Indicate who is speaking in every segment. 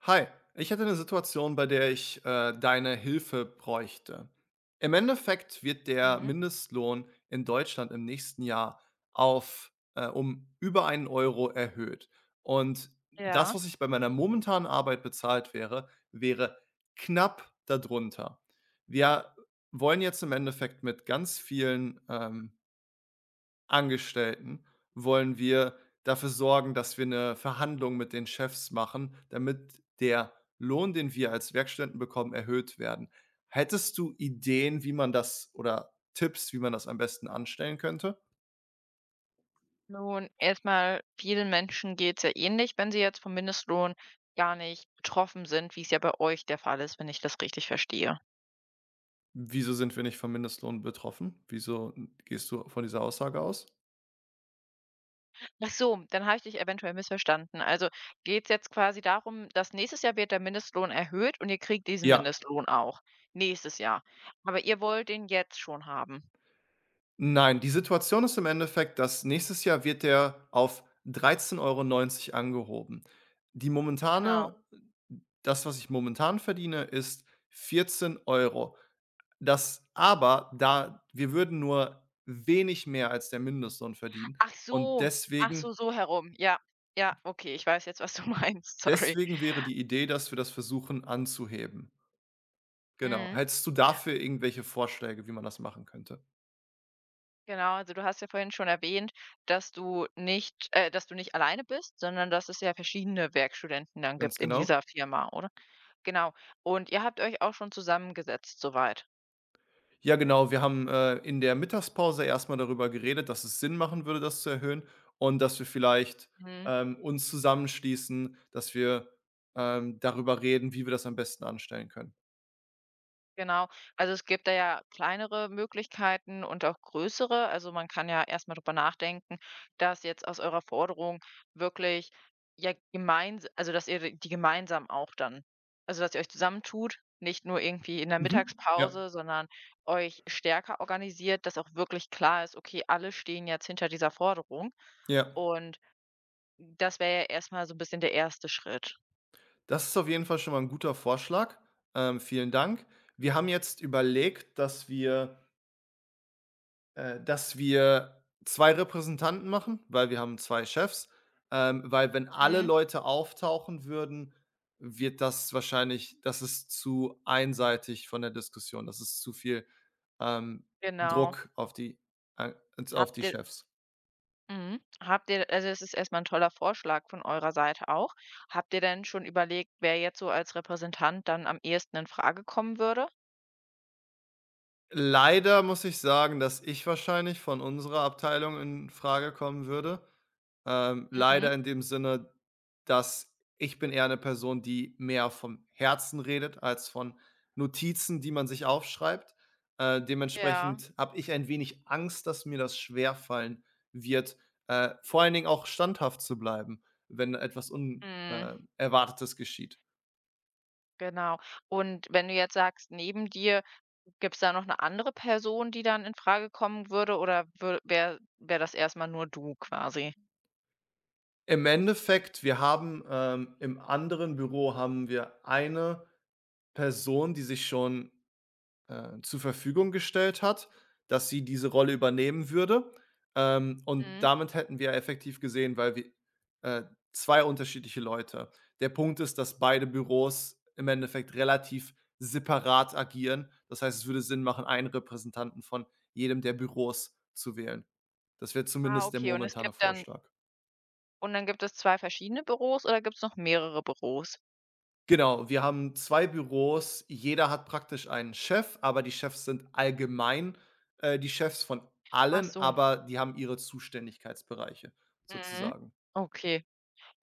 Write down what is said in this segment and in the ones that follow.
Speaker 1: Hi, ich hätte eine Situation, bei der ich deine Hilfe bräuchte. Im Endeffekt wird der
Speaker 2: Mhm.
Speaker 1: Mindestlohn in Deutschland im nächsten Jahr auf um über einen Euro erhöht. Und das,
Speaker 2: Ja,
Speaker 1: was ich bei meiner momentanen Arbeit bezahlt wäre, wäre knapp darunter. Wir wollen jetzt im Endeffekt mit ganz vielen Angestellten wollen wir dafür sorgen, dass wir eine Verhandlung mit den Chefs machen, damit der Lohn, den wir als Werkstudenten bekommen, erhöht werden. Hättest du Ideen, wie man das oder Tipps, wie man das am besten anstellen könnte?
Speaker 2: nun erstmal, vielen Menschen geht's ja ähnlich, wenn sie jetzt vom Mindestlohn gar nicht betroffen sind, wie es ja bei euch der Fall ist, wenn ich das richtig verstehe.
Speaker 1: Wieso sind wir nicht vom Mindestlohn betroffen? Wieso gehst du von dieser Aussage aus?
Speaker 2: Ach so, dann habe ich dich eventuell missverstanden. Also, geht's jetzt quasi darum, dass nächstes Jahr wird der Mindestlohn erhöht und ihr kriegt diesen
Speaker 1: Ja.
Speaker 2: Mindestlohn auch nächstes Jahr. Aber ihr wollt den jetzt schon haben.
Speaker 1: Nein, die Situation ist im Endeffekt, dass nächstes Jahr wird der auf 13,90 € angehoben. Die
Speaker 2: Genau.
Speaker 1: momentane Das, was ich momentan verdiene, ist 14 Euro. Das aber da wir würden nur wenig mehr als der Mindestlohn verdienen
Speaker 2: Ach
Speaker 1: und
Speaker 2: so, ach so, so herum. Ja, ja, okay, ich weiß jetzt, was du meinst, sorry.
Speaker 1: deswegen wäre die Idee, dass wir das versuchen anzuheben. Genau.
Speaker 2: Mhm.
Speaker 1: Hättest du dafür irgendwelche Vorschläge, wie man das machen könnte?
Speaker 2: Genau, also du hast ja vorhin schon erwähnt, dass du nicht alleine bist, sondern dass es ja verschiedene Werkstudenten dann
Speaker 1: Ganz
Speaker 2: gibt in
Speaker 1: genau?
Speaker 2: dieser Firma, oder? Genau. Und ihr habt euch auch schon zusammengesetzt soweit?
Speaker 1: Ja, genau. Wir haben, in der Mittagspause erst mal darüber geredet, dass es Sinn machen würde, das zu erhöhen und dass wir vielleicht,
Speaker 2: Mhm.
Speaker 1: ähm, uns zusammenschließen, dass wir, darüber reden, wie wir das am besten anstellen können.
Speaker 2: Genau. Also, es gibt da ja kleinere Möglichkeiten und auch größere. Also, man kann ja erst mal drüber nachdenken, dass jetzt aus eurer Forderung wirklich ja gemeins also, dass ihr die gemeinsam auch dann also, dass ihr euch zusammentut, nicht nur irgendwie in der
Speaker 1: Mhm. Ja,
Speaker 2: Mittagspause, sondern euch stärker organisiert, dass auch wirklich klar ist: „Okay, alle stehen jetzt hinter dieser Forderung.“
Speaker 1: ja.
Speaker 2: Und das wäre ja erst mal so ein bisschen der erste Schritt.
Speaker 1: Das ist auf jeden Fall schon mal ein guter Vorschlag. Vielen Dank. Wir haben jetzt überlegt, dass wir 2 Repräsentanten machen, weil wir haben 2 Chefs, weil wenn alle
Speaker 2: Mhm,
Speaker 1: Leute auftauchen würden, wird das wahrscheinlich das ist zu einseitig von der Diskussion. Das ist zu viel, ähm,
Speaker 2: genau.
Speaker 1: Druck auf die ei auf
Speaker 2: Habt
Speaker 1: die
Speaker 2: ihr
Speaker 1: Chefs.
Speaker 2: Mhm. Habt ihr also, es ist erstmal ein toller Vorschlag von eurer Seite auch. Habt ihr denn schon überlegt, wer jetzt so als Repräsentant dann am ehesten in Frage kommen würde?
Speaker 1: Leider muss ich sagen, dass ich wahrscheinlich von unserer Abteilung in Frage kommen würde. Leider
Speaker 2: Mhm.
Speaker 1: in dem Sinne, dass ich bin eher eine Person, die mehr vom Herzen redet als von Notizen, die man sich aufschreibt.
Speaker 2: Ja,
Speaker 1: Dementsprechend habe ich ein wenig Angst, dass mir das schwerfallen wird, vor allen Dingen auch standhaft zu bleiben, wenn etwas Unerwartetes
Speaker 2: mhm,
Speaker 1: Erwartetes geschieht.
Speaker 2: genau. Und wenn du jetzt sagst, neben dir, gibt es da noch eine andere Person, die dann in Frage kommen würde, oder wäre wär wär das erstmal nur du quasi?
Speaker 1: Im Endeffekt, wir haben im anderen Büro haben wir eine Person, die sich schon zur Verfügung gestellt hat, dass sie diese Rolle übernehmen würde. Und
Speaker 2: Mhm.
Speaker 1: damit hätten wir effektiv gesehen, weil wir äh, 2 unterschiedliche Leute. Der Punkt ist, dass beide Büros im Endeffekt relativ separat agieren. Das heißt, es würde Sinn machen, einen Repräsentanten von jedem der Büros zu wählen. Das wäre
Speaker 2: Ah,
Speaker 1: zumindest der
Speaker 2: okay, und es
Speaker 1: momentane
Speaker 2: gibt dann
Speaker 1: Vorschlag.
Speaker 2: und dann gibt es 2 verschiedene Büros oder gibt es noch mehrere Büros?
Speaker 1: Genau, wir haben 2 Büros. Jeder hat praktisch einen Chef, aber die Chefs sind die Chefs von
Speaker 2: Ach
Speaker 1: allen,
Speaker 2: so,
Speaker 1: aber die haben ihre Zuständigkeitsbereiche
Speaker 2: mhm.
Speaker 1: sozusagen.
Speaker 2: Okay.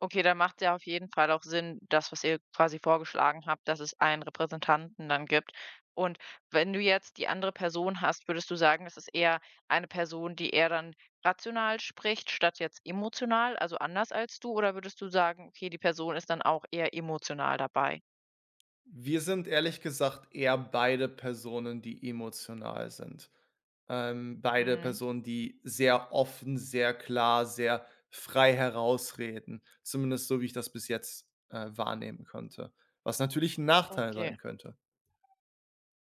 Speaker 2: Okay, dann macht ja auf jeden Fall auch Sinn, das, was ihr quasi vorgeschlagen habt, dass es einen Repräsentanten dann gibt. Und wenn du jetzt die andere Person hast, würdest du sagen, das ist eher eine Person, die eher dann rational spricht, statt jetzt emotional, also anders als du? Oder würdest du sagen, okay, die Person ist dann auch eher emotional dabei?
Speaker 1: Wir sind ehrlich gesagt eher beide Personen, die emotional sind. Beide
Speaker 2: Mhm,
Speaker 1: Personen, die sehr offen, sehr klar, sehr frei herausreden. Zumindest so, wie ich das bis jetzt, wahrnehmen konnte, was natürlich 'n Nachteil
Speaker 2: okay.
Speaker 1: sein könnte.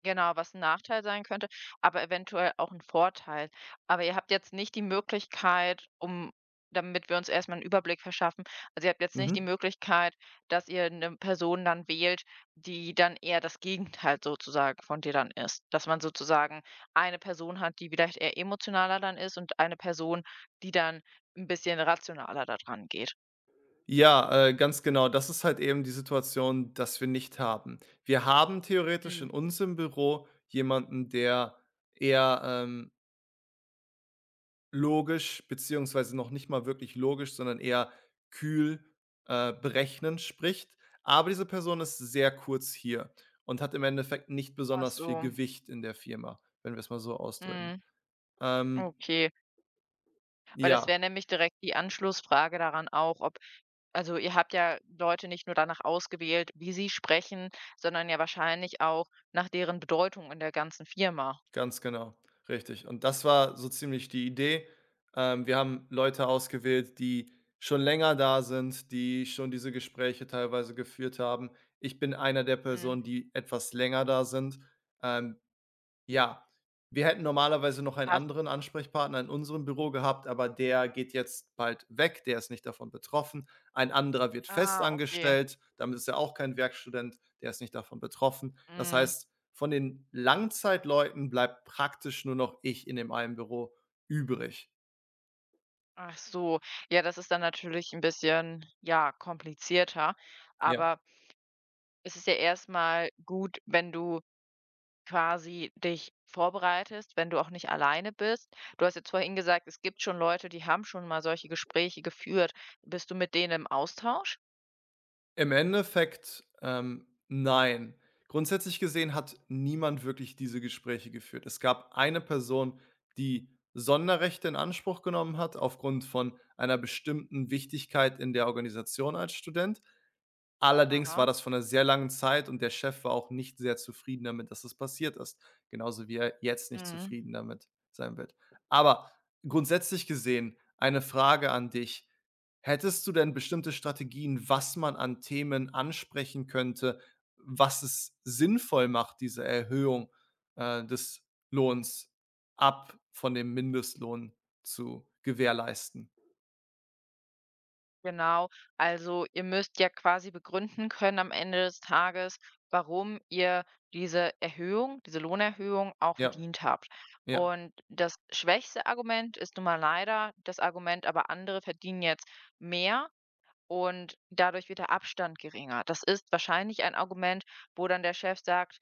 Speaker 2: Genau, was 'n Nachteil sein könnte, aber eventuell auch ein Vorteil. Aber ihr habt jetzt nicht die Möglichkeit, um, damit wir uns erst mal 'n Überblick verschaffen, also, ihr habt jetzt nicht die
Speaker 1: Mhm.
Speaker 2: Möglichkeit, dass ihr eine Person dann wählt, die dann eher das Gegenteil sozusagen von dir dann ist. Dass man sozusagen eine Person hat, die vielleicht eher emotionaler dann ist und eine Person, die dann ein bisschen rationaler da dran geht.
Speaker 1: Ja, Ganz genau. Das ist halt eben die Situation, dass wir nicht haben. Wir haben theoretisch in
Speaker 2: Mhm.
Speaker 1: unserem Büro jemanden, der eher logisch beziehungsweise noch nicht mal wirklich logisch, sondern eher kühl, berechnend spricht. Aber diese Person ist sehr kurz hier und hat im Endeffekt nicht
Speaker 2: Ach
Speaker 1: besonders viel
Speaker 2: so,
Speaker 1: Gewicht in der Firma, wenn wir es mal so ausdrücken.
Speaker 2: mhm,
Speaker 1: Ähm,
Speaker 2: okay. Weil das wäre
Speaker 1: ja.
Speaker 2: nämlich direkt die Anschlussfrage daran auch, ob, also ihr habt ja Leute nicht nur danach ausgewählt, wie sie sprechen, sondern ja wahrscheinlich auch nach deren Bedeutung in der ganzen Firma.
Speaker 1: Ganz genau, richtig. Und das war so ziemlich die Idee. Wir haben Leute ausgewählt, die schon länger da sind, die schon diese Gespräche teilweise geführt haben. Ich bin einer der
Speaker 2: Mhm.
Speaker 1: Personen, die etwas länger da sind. Ähm, ja, wir hätten normalerweise noch einen
Speaker 2: Passt.
Speaker 1: anderen Ansprechpartner in unserem Büro gehabt, aber der geht jetzt bald weg, der ist nicht davon betroffen. Ein anderer wird
Speaker 2: Ah, okay.
Speaker 1: festangestellt, damit ist er auch kein Werkstudent, der ist nicht davon betroffen. Das
Speaker 2: Mhm.
Speaker 1: heißt, von den Langzeitleuten bleibt praktisch nur noch ich in dem einen Büro übrig.
Speaker 2: Ach so. Ja, das ist dann natürlich ein bisschen, ja, komplizierter.
Speaker 1: Ja.
Speaker 2: Aber es ist ja erstmal gut, wenn du quasi dich vorbereitest, wenn du auch nicht alleine bist. Du hast jetzt vorhin gesagt, es gibt schon Leute, die haben schon mal solche Gespräche geführt. Bist du mit denen im Austausch?
Speaker 1: Im Endeffekt, nein. Grundsätzlich gesehen hat niemand wirklich diese Gespräche geführt. Es gab eine Person, die Sonderrechte in Anspruch genommen hat aufgrund von einer bestimmten Wichtigkeit in der Organisation als Student. Allerdings war
Speaker 2: Aha.
Speaker 1: das von 'ner sehr langen Zeit und der Chef war auch nicht sehr zufrieden damit, dass das passiert ist, genauso wie er jetzt nicht
Speaker 2: Mhm,
Speaker 1: zufrieden damit sein wird. Aber grundsätzlich gesehen eine Frage an dich: Hättest du denn bestimmte Strategien, was man an Themen ansprechen könnte, was es sinnvoll macht, diese Erhöhung des Lohns ab von dem Mindestlohn zu gewährleisten?
Speaker 2: genau. Also ihr müsst ja quasi begründen können am Ende des Tages, warum ihr diese Erhöhung, diese Lohnerhöhung auch
Speaker 1: Ja,
Speaker 2: verdient habt.
Speaker 1: ja,
Speaker 2: Und das schwächste Argument ist nun mal leider das Argument, aber andere verdienen jetzt mehr, und dadurch wird der Abstand geringer. Das ist wahrscheinlich ein Argument, wo dann der Chef sagt: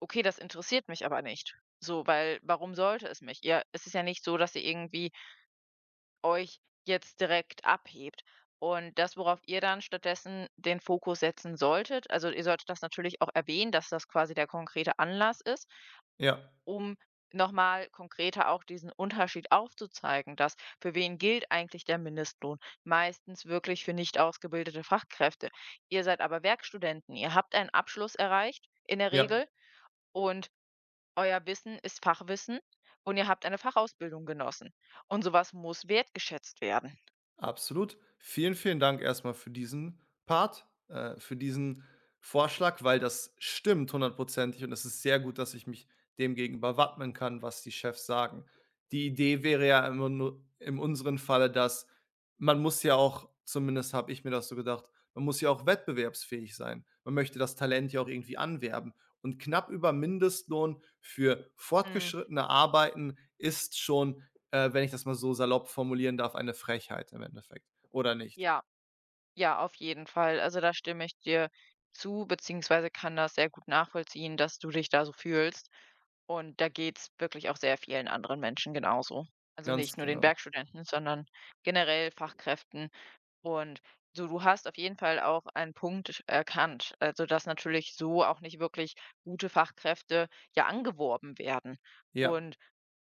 Speaker 2: „Okay, das interessiert mich aber nicht.“ So, weil warum sollte es mich? Ihr, es ist ja nicht so, dass ihr irgendwie euch jetzt direkt abhebt. Und das, worauf ihr dann stattdessen den Fokus setzen solltet, also, ihr solltet das natürlich auch erwähnen, dass das quasi der konkrete Anlass ist,
Speaker 1: ja,
Speaker 2: um nochmal konkreter auch diesen Unterschied aufzuzeigen, dass für wen gilt eigentlich der Mindestlohn? Meistens wirklich für nicht ausgebildete Fachkräfte. Ihr seid aber Werkstudenten, ihr habt einen Abschluss erreicht in der
Speaker 1: ja.
Speaker 2: Regel und euer Wissen ist Fachwissen und ihr habt eine Fachausbildung genossen. Und sowas muss wertgeschätzt werden.
Speaker 1: Absolut. Vielen, vielen Dank erstmal für diesen Part, für diesen Vorschlag, weil das stimmt hundertprozentig und es ist sehr gut, dass ich mich dem gegenüber wappnen kann, was die Chefs sagen. Die Idee wäre ja immer nur in unserem Falle, dass man muss ja auch, zumindest habe ich mir das so gedacht, man muss ja auch wettbewerbsfähig sein. Man möchte das Talent ja auch irgendwie anwerben. Und knapp über Mindestlohn für
Speaker 2: Mm.
Speaker 1: fortgeschrittene Arbeiten ist schon, wenn ich das mal so salopp formulieren darf, eine Frechheit im Endeffekt, oder nicht?
Speaker 2: Ja, ja, auf jeden Fall. Also da stimme ich dir zu, beziehungsweise kann das sehr gut nachvollziehen, dass du dich da so fühlst. Und da geht's wirklich auch sehr vielen anderen Menschen genauso. Also, nicht
Speaker 1: Ganz
Speaker 2: nur den
Speaker 1: genau.
Speaker 2: Werkstudenten, sondern generell Fachkräften. Und so, du hast auf jeden Fall auch einen Punkt erkannt, also, dass natürlich so auch nicht wirklich gute Fachkräfte ja angeworben werden
Speaker 1: Ja,
Speaker 2: und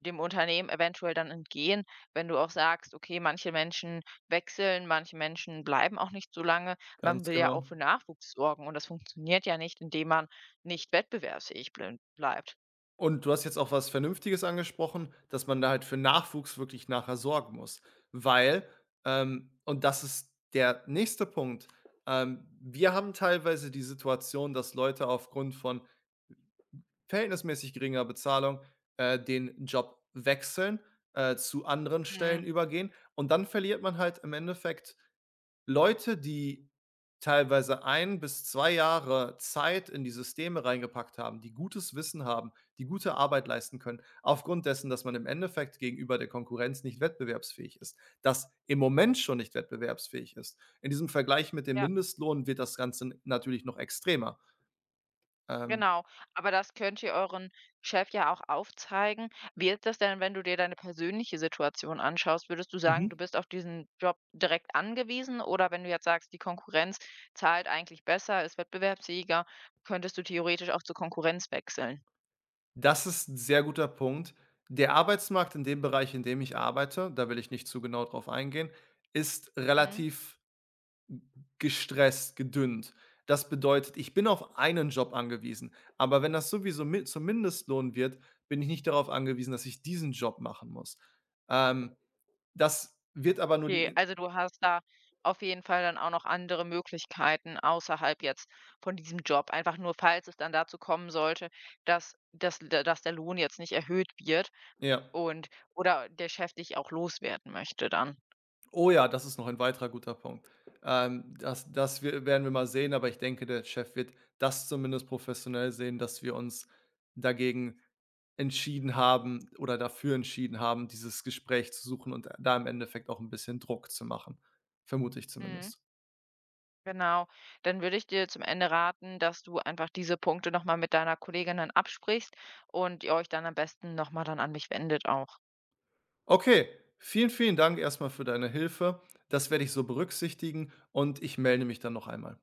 Speaker 2: dem Unternehmen eventuell dann entgehen, wenn du auch sagst: „Okay, manche Menschen wechseln, manche Menschen bleiben auch nicht so lange.“ Man
Speaker 1: ganz
Speaker 2: will ja auch
Speaker 1: genau.
Speaker 2: für Nachwuchs sorgen und das funktioniert ja nicht, indem man nicht wettbewerbsfähig blin bleibt.
Speaker 1: Und du hast jetzt auch was Vernünftiges angesprochen, dass man da halt für Nachwuchs wirklich nachher sorgen muss, weil und das ist der nächste Punkt, wir haben teilweise die Situation, dass Leute aufgrund von verhältnismäßig geringer Bezahlung, den Job wechseln, zu anderen Stellen
Speaker 2: Mhm.
Speaker 1: übergehen und dann verliert man halt im Endeffekt Leute, die teilweise 1 bis 2 Jahre Zeit in die Systeme reingepackt haben, die gutes Wissen haben, die gute Arbeit leisten können, aufgrund dessen, dass man im Endeffekt gegenüber der Konkurrenz nicht wettbewerbsfähig ist, das im Moment schon nicht wettbewerbsfähig ist. In diesem Vergleich mit dem
Speaker 2: Ja,
Speaker 1: Mindestlohn wird das Ganze natürlich noch extremer. Ähm,
Speaker 2: genau. Aber das könnt ihr euren Chef ja auch aufzeigen. Wie ist das denn, wenn du dir deine persönliche Situation anschaust? Würdest du
Speaker 1: mhm.
Speaker 2: sagen, du bist auf diesen Job direkt angewiesen? Oder wenn du jetzt sagst, die Konkurrenz zahlt eigentlich besser, ist wettbewerbsfähiger, könntest du theoretisch auch zur Konkurrenz wechseln?
Speaker 1: Das ist 'n sehr guter Punkt. Der Arbeitsmarkt in dem Bereich, in dem ich arbeite, da will ich nicht zu genau drauf eingehen, ist
Speaker 2: Mhm.
Speaker 1: relativ Gestresst, gedünnt. Das bedeutet, ich bin auf einen Job angewiesen. Aber wenn das sowieso mi zum Mindestlohn wird, bin ich nicht darauf angewiesen, dass ich diesen Job machen muss. Ähm, Das wird aber nur
Speaker 2: Okay,
Speaker 1: die
Speaker 2: also du hast da auf jeden Fall dann auch noch andere Möglichkeiten außerhalb jetzt von diesem Job. Einfach nur, falls es dann dazu kommen sollte, dass, dass der Lohn jetzt nicht erhöht wird.
Speaker 1: ja.
Speaker 2: Und oder der Chef dich auch loswerden möchte dann.
Speaker 1: Oh ja, das ist noch ein weiterer guter Punkt. Das das wir werden wir mal sehen, aber ich denke, der Chef wird das zumindest professionell sehen, dass wir uns dagegen entschieden haben oder dafür entschieden haben, dieses Gespräch zu suchen und da im Endeffekt auch ein bisschen Druck zu machen, vermute ich
Speaker 2: Mhm,
Speaker 1: zumindest.
Speaker 2: genau. Dann würde ich dir zum Ende raten, dass du einfach diese Punkte noch mal mit deiner Kollegin dann absprichst und ihr euch dann am besten noch mal dann an mich wendet auch.
Speaker 1: Okay, vielen, vielen Dank erstmal für deine Hilfe. Das werde ich so berücksichtigen und ich melde mich dann noch einmal.